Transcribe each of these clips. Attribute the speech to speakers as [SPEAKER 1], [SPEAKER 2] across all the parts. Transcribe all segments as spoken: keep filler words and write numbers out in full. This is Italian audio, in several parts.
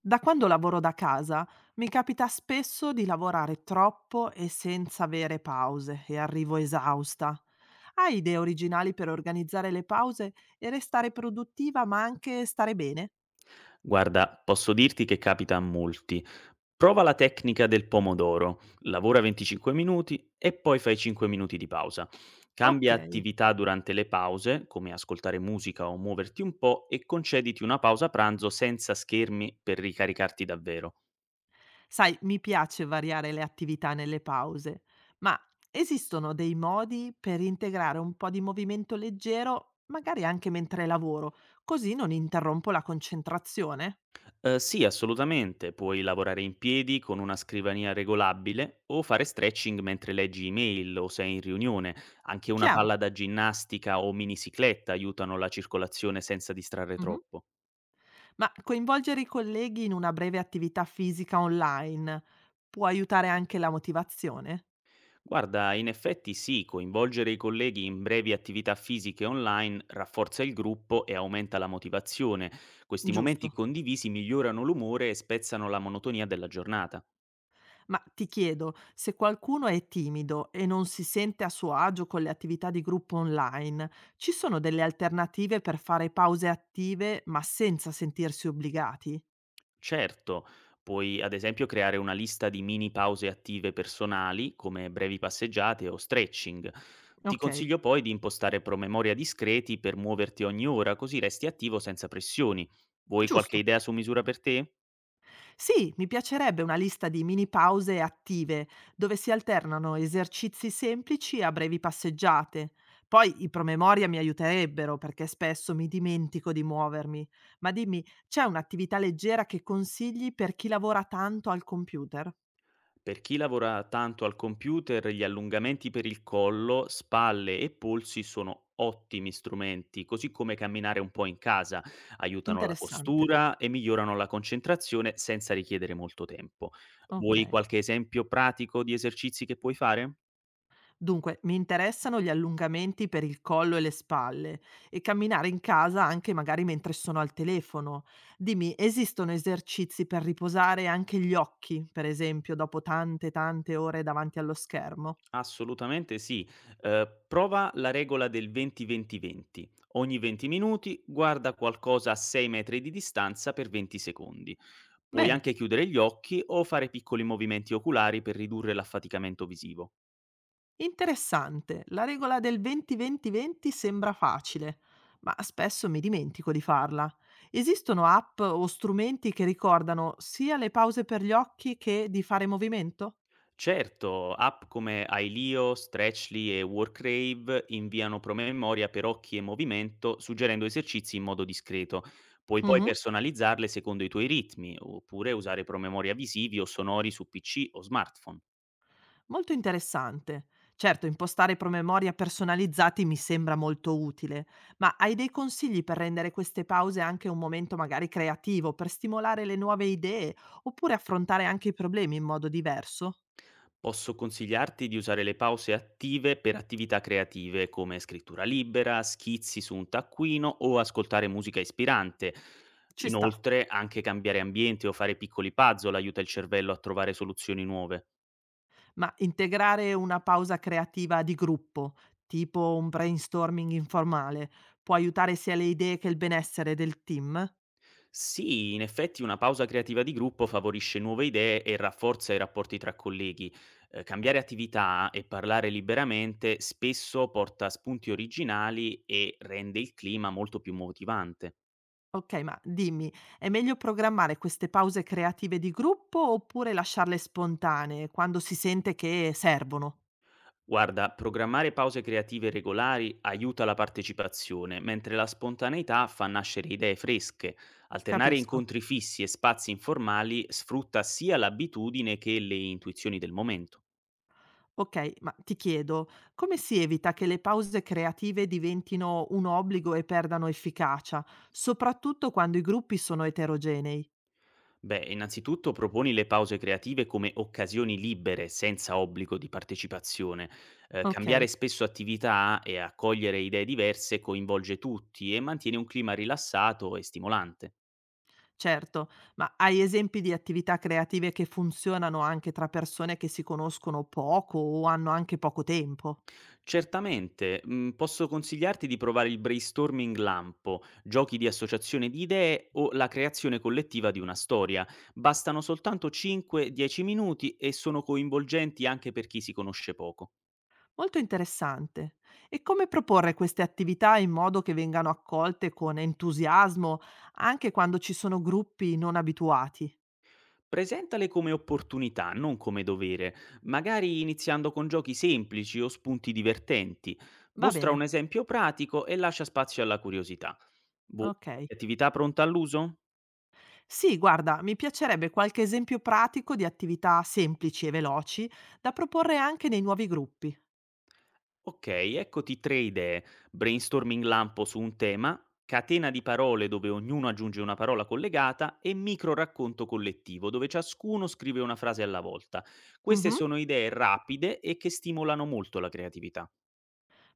[SPEAKER 1] Da quando lavoro da casa mi capita spesso di lavorare troppo e senza vere pause e arrivo esausta. Hai idee originali per organizzare le pause e restare produttiva ma anche stare bene?
[SPEAKER 2] Guarda, posso dirti che capita a molti. Prova la tecnica del pomodoro, lavora venticinque minuti e poi fai cinque minuti di pausa.
[SPEAKER 1] Ok,
[SPEAKER 2] Cambia attività durante le pause, come ascoltare musica o muoverti un po' e concediti una pausa pranzo senza schermi per ricaricarti davvero.
[SPEAKER 1] sai, mi piace variare le attività nelle pause, ma esistono dei modi per integrare un po' di movimento leggero, magari anche mentre lavoro, così non interrompo la concentrazione?
[SPEAKER 2] Ehm, sì, assolutamente. Puoi lavorare in piedi con una scrivania regolabile o fare stretching mentre leggi email o sei in riunione. Anche una
[SPEAKER 1] Chiaro?
[SPEAKER 2] palla da ginnastica o minicicletta aiutano la circolazione senza distrarre troppo.
[SPEAKER 1] Ma coinvolgere i colleghi in una breve attività fisica online può aiutare anche la motivazione?
[SPEAKER 2] Guarda, in effetti sì, coinvolgere i colleghi in brevi attività fisiche online rafforza il gruppo e aumenta la motivazione. Questi momenti
[SPEAKER 1] Giusto.
[SPEAKER 2] condivisi migliorano l'umore e spezzano la monotonia della giornata.
[SPEAKER 1] Ma ti chiedo, se qualcuno è timido e non si sente a suo agio con le attività di gruppo online, ci sono delle alternative per fare pause attive ma senza sentirsi obbligati?
[SPEAKER 2] Certo, puoi ad esempio creare una lista di mini pause attive personali, come brevi passeggiate o stretching. Ti
[SPEAKER 1] Ok,
[SPEAKER 2] consiglio poi di impostare promemoria discreti per muoverti ogni ora, così resti attivo senza pressioni. Vuoi qualche
[SPEAKER 1] giusto.
[SPEAKER 2] idea su misura per te?
[SPEAKER 1] Sì, mi piacerebbe una lista di mini pause attive, dove si alternano esercizi semplici a brevi passeggiate. Poi i promemoria mi aiuterebbero perché spesso mi dimentico di muovermi. Ma dimmi, c'è un'attività leggera che consigli per chi lavora tanto al computer?
[SPEAKER 2] Per chi lavora tanto al computer, gli allungamenti per il collo, spalle e polsi sono ottimi strumenti, così come camminare un po' in casa, aiutano la
[SPEAKER 1] Interessante.
[SPEAKER 2] postura e migliorano la concentrazione senza richiedere molto tempo.
[SPEAKER 1] Ok.
[SPEAKER 2] Vuoi qualche esempio pratico di esercizi che puoi fare?
[SPEAKER 1] Dunque, mi interessano gli allungamenti per il collo e le spalle e camminare in casa anche magari mentre sono al telefono. Dimmi, esistono esercizi per riposare anche gli occhi, per esempio, dopo tante tante ore davanti allo schermo?
[SPEAKER 2] Assolutamente sì. Ehm, prova la regola del venti venti-venti. Ogni venti minuti guarda qualcosa a sei metri di distanza per venti secondi. Puoi
[SPEAKER 1] Bene,
[SPEAKER 2] anche chiudere gli occhi o fare piccoli movimenti oculari per ridurre l'affaticamento visivo.
[SPEAKER 1] interessante. La regola del venti venti-venti sembra facile, ma spesso mi dimentico di farla. Esistono app o strumenti che ricordano sia le pause per gli occhi che di fare movimento?
[SPEAKER 2] Certo, app come Ailio, Stretchly e Workrave inviano promemoria per occhi e movimento, suggerendo esercizi in modo discreto. Puoi poi
[SPEAKER 1] Mhm.
[SPEAKER 2] personalizzarle secondo i tuoi ritmi, oppure usare promemoria visivi o sonori su P C o smartphone.
[SPEAKER 1] Molto interessante. Certo, impostare promemoria personalizzati mi sembra molto utile, ma hai dei consigli per rendere queste pause anche un momento magari creativo, per stimolare le nuove idee, oppure affrontare anche i problemi in modo diverso?
[SPEAKER 2] Posso consigliarti di usare le pause attive per attività creative come scrittura libera, schizzi su un taccuino o ascoltare musica ispirante.
[SPEAKER 1] Ci sta,
[SPEAKER 2] Inoltre, anche cambiare ambiente o fare piccoli puzzle aiuta il cervello a trovare soluzioni nuove.
[SPEAKER 1] ma integrare una pausa creativa di gruppo, tipo un brainstorming informale, può aiutare sia le idee che il benessere del team?
[SPEAKER 2] Sì, in effetti una pausa creativa di gruppo favorisce nuove idee e rafforza i rapporti tra colleghi. Eh, cambiare attività e parlare liberamente spesso porta a spunti originali e rende il clima molto più motivante.
[SPEAKER 1] Okay, ma dimmi, è meglio programmare queste pause creative di gruppo oppure lasciarle spontanee quando si sente che servono?
[SPEAKER 2] Guarda, programmare pause creative regolari aiuta la partecipazione, mentre la spontaneità fa nascere idee fresche. Alternare
[SPEAKER 1] Capisco.
[SPEAKER 2] incontri fissi e spazi informali sfrutta sia l'abitudine che le intuizioni del momento.
[SPEAKER 1] Okay, ma ti chiedo, come si evita che le pause creative diventino un obbligo e perdano efficacia, soprattutto quando i gruppi sono eterogenei?
[SPEAKER 2] Beh, innanzitutto proponi le pause creative come occasioni libere, senza obbligo di partecipazione. Eh, cambiare
[SPEAKER 1] Okay,
[SPEAKER 2] spesso attività e accogliere idee diverse coinvolge tutti e mantiene un clima rilassato e stimolante.
[SPEAKER 1] certo, ma hai esempi di attività creative che funzionano anche tra persone che si conoscono poco o hanno anche poco tempo?
[SPEAKER 2] Certamente, mhmm, posso consigliarti di provare il brainstorming lampo, giochi di associazione di idee o la creazione collettiva di una storia. Bastano soltanto cinque dieci minuti e sono coinvolgenti anche per chi si conosce poco.
[SPEAKER 1] Molto interessante. E come proporre queste attività in modo che vengano accolte con entusiasmo anche quando ci sono gruppi non abituati?
[SPEAKER 2] Presentale come opportunità, non come dovere, magari iniziando con giochi semplici o spunti divertenti.
[SPEAKER 1] Va
[SPEAKER 2] Mostra un
[SPEAKER 1] bene,
[SPEAKER 2] esempio pratico e lascia spazio alla curiosità. Vuoi
[SPEAKER 1] ok.
[SPEAKER 2] qualche attività pronta all'uso?
[SPEAKER 1] Sì, guarda, mi piacerebbe qualche esempio pratico di attività semplici e veloci da proporre anche nei nuovi gruppi.
[SPEAKER 2] Okay, eccoti tre idee: brainstorming lampo su un tema, catena di parole dove ognuno aggiunge una parola collegata e microracconto collettivo dove ciascuno scrive una frase alla volta. Queste
[SPEAKER 1] Mhm.
[SPEAKER 2] sono idee rapide e che stimolano molto la creatività.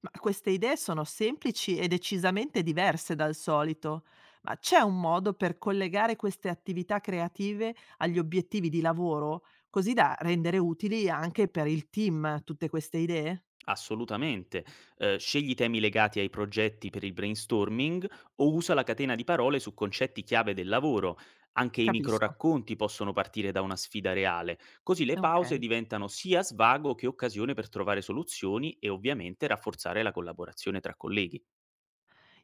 [SPEAKER 1] Ma queste idee sono semplici e decisamente diverse dal solito. Ma c'è un modo per collegare queste attività creative agli obiettivi di lavoro, così da rendere utili anche per il team tutte queste idee?
[SPEAKER 2] Assolutamente. Ehm, scegli temi legati ai progetti per il brainstorming o usa la catena di parole su concetti chiave del lavoro. Anche i
[SPEAKER 1] Capisco.
[SPEAKER 2] microracconti possono partire da una sfida reale, così le
[SPEAKER 1] Ok.
[SPEAKER 2] pause diventano sia svago che occasione per trovare soluzioni e ovviamente rafforzare la collaborazione tra colleghi.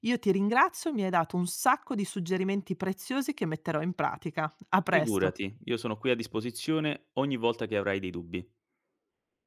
[SPEAKER 1] Io ti ringrazio, mi hai dato un sacco di suggerimenti preziosi che metterò in pratica. A presto.
[SPEAKER 2] Figurati, io sono qui a disposizione ogni volta che avrai dei dubbi.